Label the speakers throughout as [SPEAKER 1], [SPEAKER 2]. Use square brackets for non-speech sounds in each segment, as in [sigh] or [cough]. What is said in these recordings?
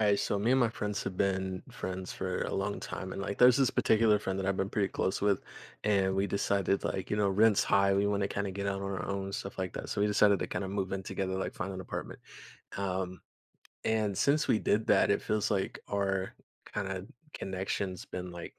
[SPEAKER 1] All right, so me and my friends have been friends for a long time, and like, there's this particular friend that I've been pretty close with, and we decided like, you know, rent's high, we want to kind of get out on our own, stuff like that. So we decided to kind of move in together, like find an apartment. Um, and since we did that, it feels like our kinda connection's been, like,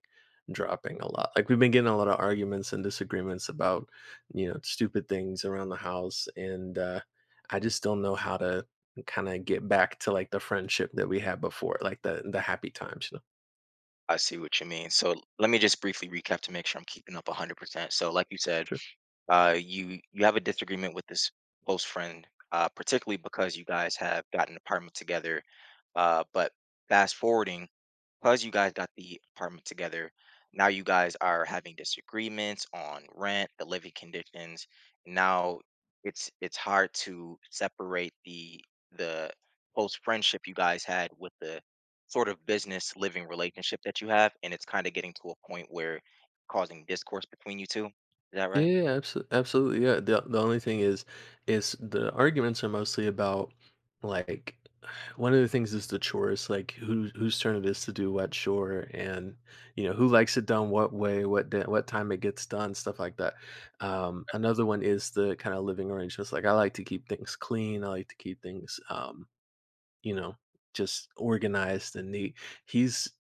[SPEAKER 1] dropping a lot. Like, we've been getting a lot of arguments and disagreements about, you know, stupid things around the house, and, I just don't know how to kinda get back to, like, the friendship that we had before, like, the happy times, you know?
[SPEAKER 2] I see what you mean. So let me just briefly recap to make sure I'm keeping up 100%. So like you said,
[SPEAKER 1] Sure.
[SPEAKER 2] you have a disagreement with this close friend, particularly because you guys have gotten an apartment together. But fast forwarding because you guys got the apartment together, now you guys are having disagreements on rent, the living conditions. Now it's hard to separate the close friendship you guys had with the sort of business living relationship that you have, and it's kind of getting to a point where causing discourse between you two. Is that
[SPEAKER 1] Yeah,
[SPEAKER 2] right?
[SPEAKER 1] yeah, yeah, abso absolutely, yeah. The only thing is the arguments are mostly about, like [sighs] one of the things is the chores, like whose turn it is to do what chore and, you know, who likes it done what way, what day, what time it gets done, stuff like that. Another one is the kind of living arrangements. Like I like to keep things clean. I like to keep things, you know, just organized and neat. He's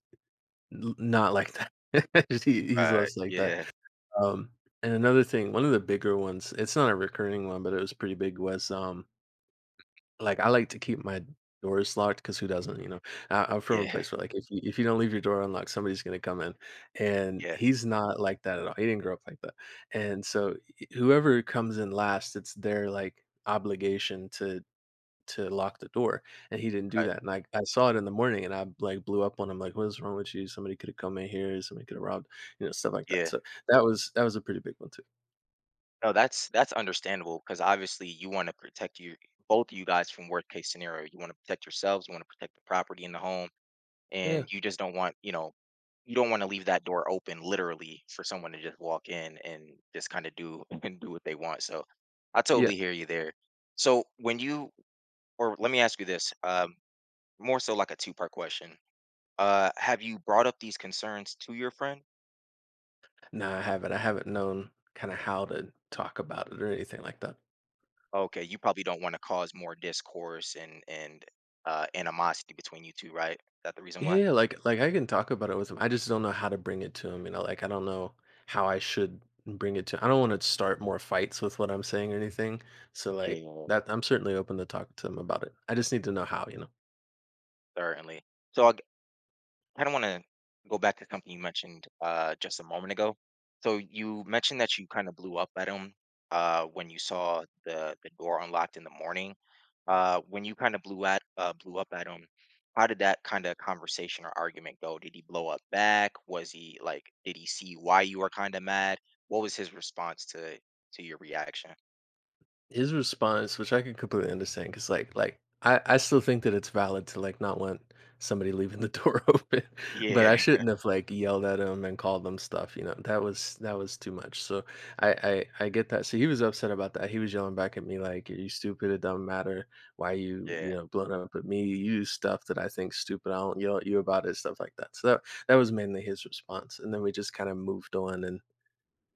[SPEAKER 1] not like that. [laughs] He, he's
[SPEAKER 2] Right.
[SPEAKER 1] less like that.
[SPEAKER 2] Yeah. [laughs]
[SPEAKER 1] Um, and another thing, one of the bigger ones, it's not a recurring one, but it was pretty big, was like I like to keep my doors locked because who doesn't, you know? I'm from a
[SPEAKER 2] Yeah,
[SPEAKER 1] place where like if you don't leave your door unlocked, somebody's gonna come in. And
[SPEAKER 2] yeah,
[SPEAKER 1] he's not like that at all. He didn't grow up like that. And so whoever comes in last, it's their like obligation to lock the door. And he didn't do
[SPEAKER 2] right.
[SPEAKER 1] that. And I saw it in the morning and I like blew up on him like, what is wrong with you? Somebody could have come in here, somebody could have robbed, you know, stuff like that.
[SPEAKER 2] Yeah.
[SPEAKER 1] So that was a pretty big one too.
[SPEAKER 2] No, that's understandable because obviously you want to protect you both of you guys from worst case scenario. You want to protect yourselves, you want to protect the property in the home,
[SPEAKER 1] Yeah.
[SPEAKER 2] and you just don't want, you know, you don't want to leave that door open literally for someone to just walk in and just kind of do [laughs] and do what they want. So I
[SPEAKER 1] Yeah.
[SPEAKER 2] totally hear you there. So when you or let me ask you this, more so like a two-part question. Have you brought up these concerns to your friend?
[SPEAKER 1] No, I haven't. I haven't known kind of how to talk about it or anything like that.
[SPEAKER 2] Okay, you probably don't want to cause more discourse and animosity between you two, right? Is that the reason why?
[SPEAKER 1] Yeah, like I can talk about it with him. I just don't know how to bring it to him, you know, like I don't know how I should bring it to I don't want to start more fights with what I'm saying or anything. So like
[SPEAKER 2] Yeah.
[SPEAKER 1] that I'm certainly open to talk to him about it. I just need to know how, you know.
[SPEAKER 2] Certainly. So I kind of want to go back to something you mentioned just a moment ago. So you mentioned that you kind of blew up at him when you saw the door unlocked in the morning. When you kind of blew at blew up at him, how did that kind of conversation or argument go? Did he blow up back? Was he like? Did he see why you were kind of mad? What was his response to your reaction?
[SPEAKER 1] His response, which I can completely understand, because I still think that it's valid to, like, not want somebody [laughs] leaving the door [laughs] open, but
[SPEAKER 2] Yeah,
[SPEAKER 1] I shouldn't have, like, yelled at him and called them stuff, you know? That was too much, so I I get that. So he was upset about that. He was yelling back at me like, "Are you stupid? It don't matter. Why you,
[SPEAKER 2] yeah.
[SPEAKER 1] you know, blowing up at me? You do stuff that I think stupid. I don't yell at you about it," stuff like that. So that was mainly his response, and then we just kinda moved on and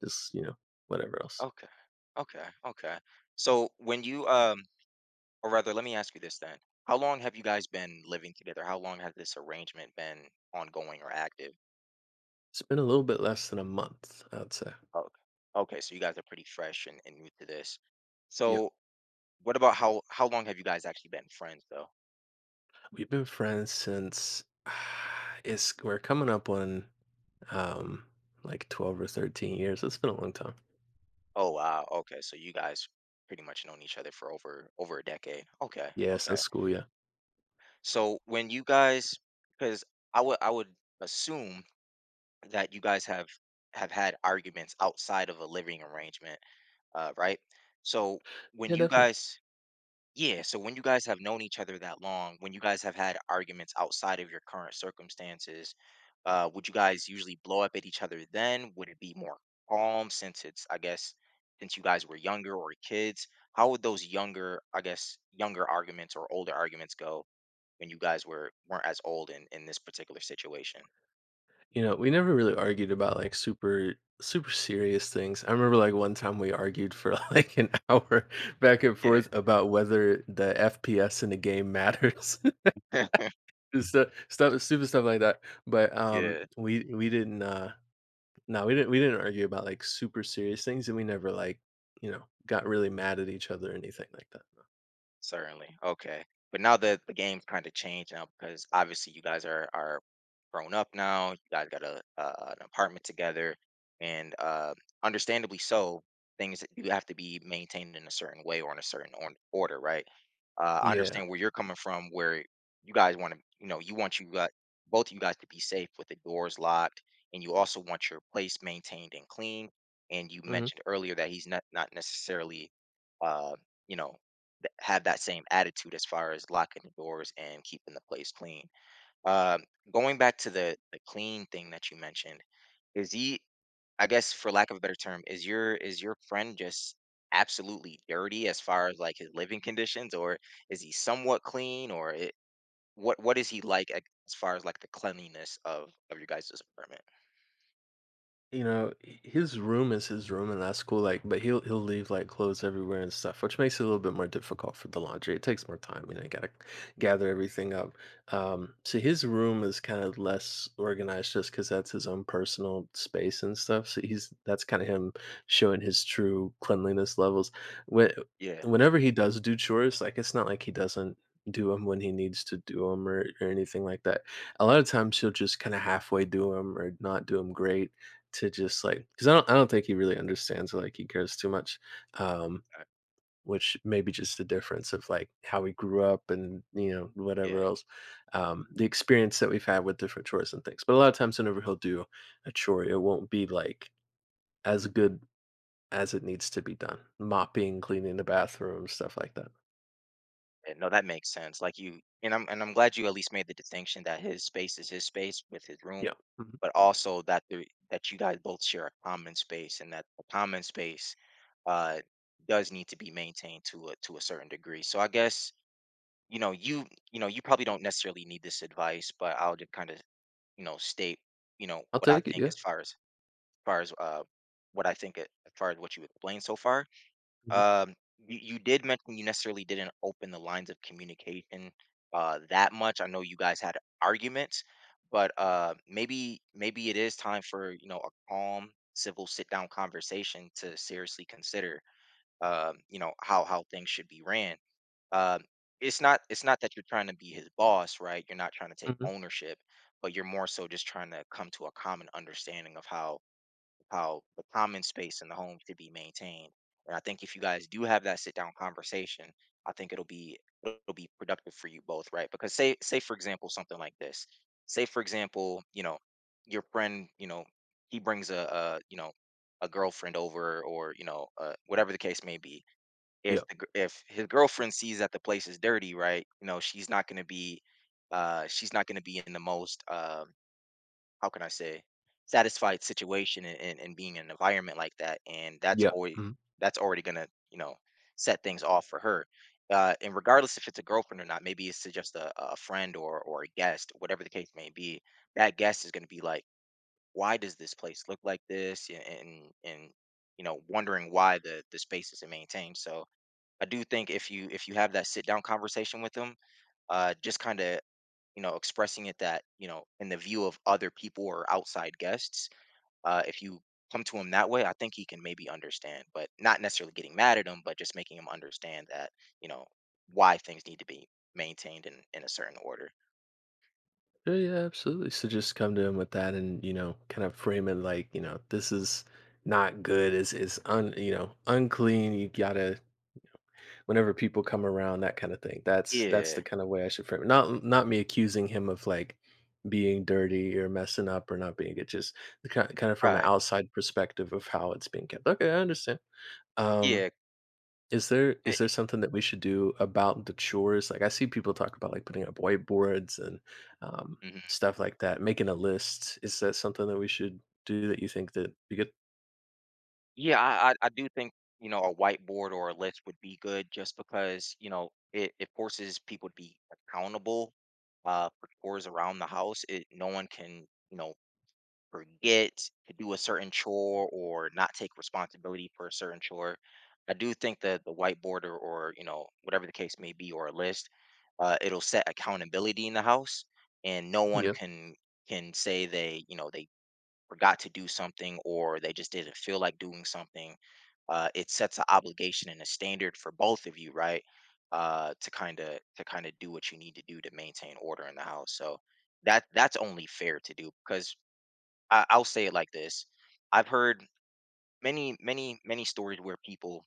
[SPEAKER 1] just, you know, whatever else.
[SPEAKER 2] Okay. Okay. Okay. Okay. So when you Or rather, let me ask you this then. How long have you guys been living together? How long has this arrangement been ongoing or active?
[SPEAKER 1] It's been a little bit less than a month, I'd say.
[SPEAKER 2] Oh, okay, so you guys are pretty fresh and new to this.
[SPEAKER 1] Yeah.
[SPEAKER 2] So what about how long have you guys actually been friends though?
[SPEAKER 1] We've been friends since [sighs] it's we're coming up on um like 12 or 13 years. It's been a long time.
[SPEAKER 2] Oh wow, okay. So you guys pretty much known each other for over over a decade. Okay,
[SPEAKER 1] Yeah,
[SPEAKER 2] okay.
[SPEAKER 1] since school, yeah.
[SPEAKER 2] So when you guys because I would assume that you guys have had arguments outside of a living arrangement, right? So when
[SPEAKER 1] Yeah,
[SPEAKER 2] you
[SPEAKER 1] definitely.
[SPEAKER 2] guys Yeah, so when you guys have known each other that long, when you guys have had arguments outside of your current circumstances, would you guys usually blow up at each other then? Would it be more calm since it's, I guess, since you guys were younger or kids? How would those younger, I guess, younger arguments or older arguments go when you guys were weren't as old in this particular situation?
[SPEAKER 1] You know, we never really argued about like super serious things. I remember like one time we argued for [laughs] like an hour back and
[SPEAKER 2] Yeah,
[SPEAKER 1] forth about whether the FPS in the game matters.
[SPEAKER 2] [laughs]
[SPEAKER 1] [laughs] stuff, stuff stupid stuff like that. But
[SPEAKER 2] yeah,
[SPEAKER 1] we didn't No, we didn't argue about, like, super serious things, and we never, like, you know, got really mad at each other or anything like that, no.
[SPEAKER 2] certainly. Okay, but now that the game's kind of changed now because obviously you guys are grown up now. You guys got a an apartment together, and understandably so, things that you have to be maintained in a certain way or in a certain or- order, right? I
[SPEAKER 1] Yeah.
[SPEAKER 2] understand where you're coming from, where you guys want to, you know, you want you got both of you guys to be safe with the doors locked, and you also want your place maintained and clean. And you
[SPEAKER 1] Mhm.
[SPEAKER 2] mentioned earlier that he's not not necessarily, uh, you know, th- have that same attitude as far as locking the doors and keeping the place clean. Um, going back to the clean thing that you mentioned, is he I guess for lack of a better term, is your friend just absolutely dirty as far as like his living conditions, or is he somewhat clean, or it, what is he like ac- as far as like the cleanliness of your guys' apartment?
[SPEAKER 1] You know, his room is his room, and that's cool. Like, but he'll leave like clothes everywhere and stuff, which makes it a little bit more difficult for the laundry. It takes more time, you know. You gotta gather everything up. So his room is kind of less organized, just because that's his own personal space and stuff. So he's that's kind of him showing his true cleanliness levels. When
[SPEAKER 2] Yeah,
[SPEAKER 1] whenever he does do chores, like it's not like he doesn't do them when he needs to do them or anything like that. A lot of times he'll just kind of halfway do them or not do them great to just, like, because I don't think he really understands, or like, he cares too much, um,
[SPEAKER 2] uh,
[SPEAKER 1] which may be just the difference of, like, how we grew up and, you know, whatever
[SPEAKER 2] yeah,
[SPEAKER 1] else, the experience that we've had with different chores and things, but a lot of times whenever he'll do a chore, it won't be, like, as good as it needs to be done, mopping, cleaning the bathroom, stuff like that.
[SPEAKER 2] yeah. No, that makes sense. Like you, and I'm glad you at least made the distinction that his space is his space with his room,
[SPEAKER 1] Yeah, mhm,
[SPEAKER 2] but also that the that you guys both share a common space and that the common space uh, does need to be maintained to a certain degree. So I guess you know you you know you probably don't necessarily need this advice, but I'll just kind of you know state you know
[SPEAKER 1] I'll
[SPEAKER 2] what I
[SPEAKER 1] take it,
[SPEAKER 2] think
[SPEAKER 1] yeah.
[SPEAKER 2] as far as what I think a- as far as what you explained so far.
[SPEAKER 1] Mhm,
[SPEAKER 2] Um, you, you did mention you necessarily didn't open the lines of communication that much. I know you guys had arguments, but maybe maybe it is time for you know a calm civil sit down conversation to seriously consider you know how things should be ran. Um, it's not that you're trying to be his boss, right? You're not trying to take
[SPEAKER 1] mhm,
[SPEAKER 2] ownership, but you're more so just trying to come to a common understanding of how the common space in the home should be maintained. And I think if you guys do have that sit down conversation, I think it'll be productive for you both, right? Because say say for example something like this. Say for example, you know, your friend, you know, he brings a you know a girlfriend over or you know whatever the case may be
[SPEAKER 1] yeah,
[SPEAKER 2] if the gir if his girlfriend sees that the place is dirty, right, you know, she's not gonna be, she's not gonna be in the most, how can I say, satisfied situation and being in an environment like that, and that's
[SPEAKER 1] yeah,
[SPEAKER 2] always
[SPEAKER 1] mhm.
[SPEAKER 2] that's already gonna, you know, set things off for her. And regardless if it's a girlfriend or not, maybe it's to just a friend or a guest, whatever the case may be, that guest is gonna be like, "Why does this place look like this?" And, you know, wondering why the space isn't maintained, so I do think if you have that sit down conversation with them, just kind of you know expressing it that you know in the view of other people or outside guests, if you come to him that way, I think he can maybe understand, but not necessarily getting mad at him, but just making him understand that you know why things need to be maintained in a certain order.
[SPEAKER 1] Sure, yeah, absolutely. So just come to him with that and, you know, kind of frame it like, you know, this is not good, is un you know, unclean. You gotta whenever people come around, that kind of thing. That's
[SPEAKER 2] Yeah,
[SPEAKER 1] the kind of way I should frame it. Not me accusing him of like being dirty or messing up or not being good, just the kind of from an
[SPEAKER 2] right.
[SPEAKER 1] outside perspective of how it's being kept. Okay, I understand. Um
[SPEAKER 2] Yeah.
[SPEAKER 1] is there something that we should do about the chores? Like I see people talk about like putting up whiteboards and um,
[SPEAKER 2] Mhm.
[SPEAKER 1] stuff like that, making a list. Is that something that we should do that you think that you could?
[SPEAKER 2] Yeah, I do think, you know, a whiteboard or a list would be good just because, you know, it forces people to be accountable for chores around the house. It, no one can, you know, forget to do a certain chore or not take responsibility for a certain chore. I do think that the whiteboard or you know, whatever the case may be, or a list, it'll set accountability in the house and no
[SPEAKER 1] Yeah,
[SPEAKER 2] one
[SPEAKER 1] yeah.
[SPEAKER 2] can say they, you know, they forgot to do something or they just didn't feel like doing something, it sets an obligation and a standard for both of you, right? To kind of to kind of do what you need to do to maintain order in the house. So that that's only fair to do because I, I'll say it like this: I've heard many many many stories where people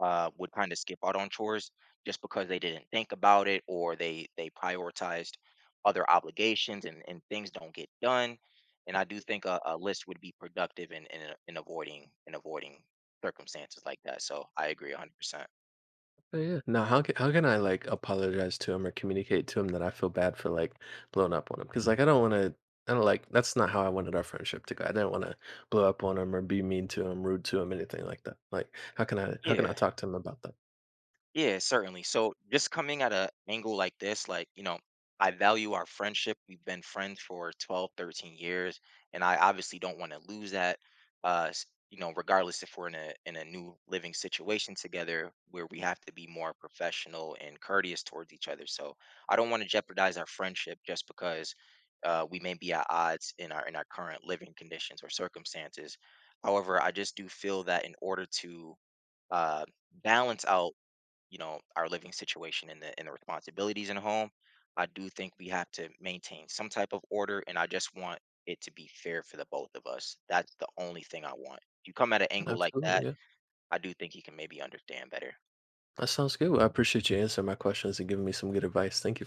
[SPEAKER 2] would kind of skip out on chores just because they didn't think about it or they prioritized other obligations and things don't get done. And I do think a list would be productive in avoiding circumstances like that. So I agree 100%.
[SPEAKER 1] Oh, yeah. Now, how can I like apologize to him or communicate to him that I feel bad for like blowing up on him? Because like I don't want to. I don't like that's not how I wanted our friendship to go. I didn't want to blow up on him or be mean to him, rude to him, anything like that. Like how can I
[SPEAKER 2] Yeah.
[SPEAKER 1] talk to him about that?
[SPEAKER 2] Yeah, certainly. So just coming at an angle like this, like, you know, I value our friendship. We've been friends for 12, 13 years, and I obviously don't want to lose that. You know, regardless if we're in a new living situation together where we have to be more professional and courteous towards each other. So I don't want to jeopardize our friendship just because we may be at odds in our current living conditions or circumstances. However, I just do feel that in order to uh, balance out you know our living situation and the responsibilities in the home I do think we have to maintain some type of order and I just want it to be fair for the both of us that's the only thing I want If you come at an angle like that
[SPEAKER 1] Absolutely,
[SPEAKER 2] I do think you can maybe understand better
[SPEAKER 1] that sounds good. Well, I appreciate you answering my questions and giving me some good advice. Thank you.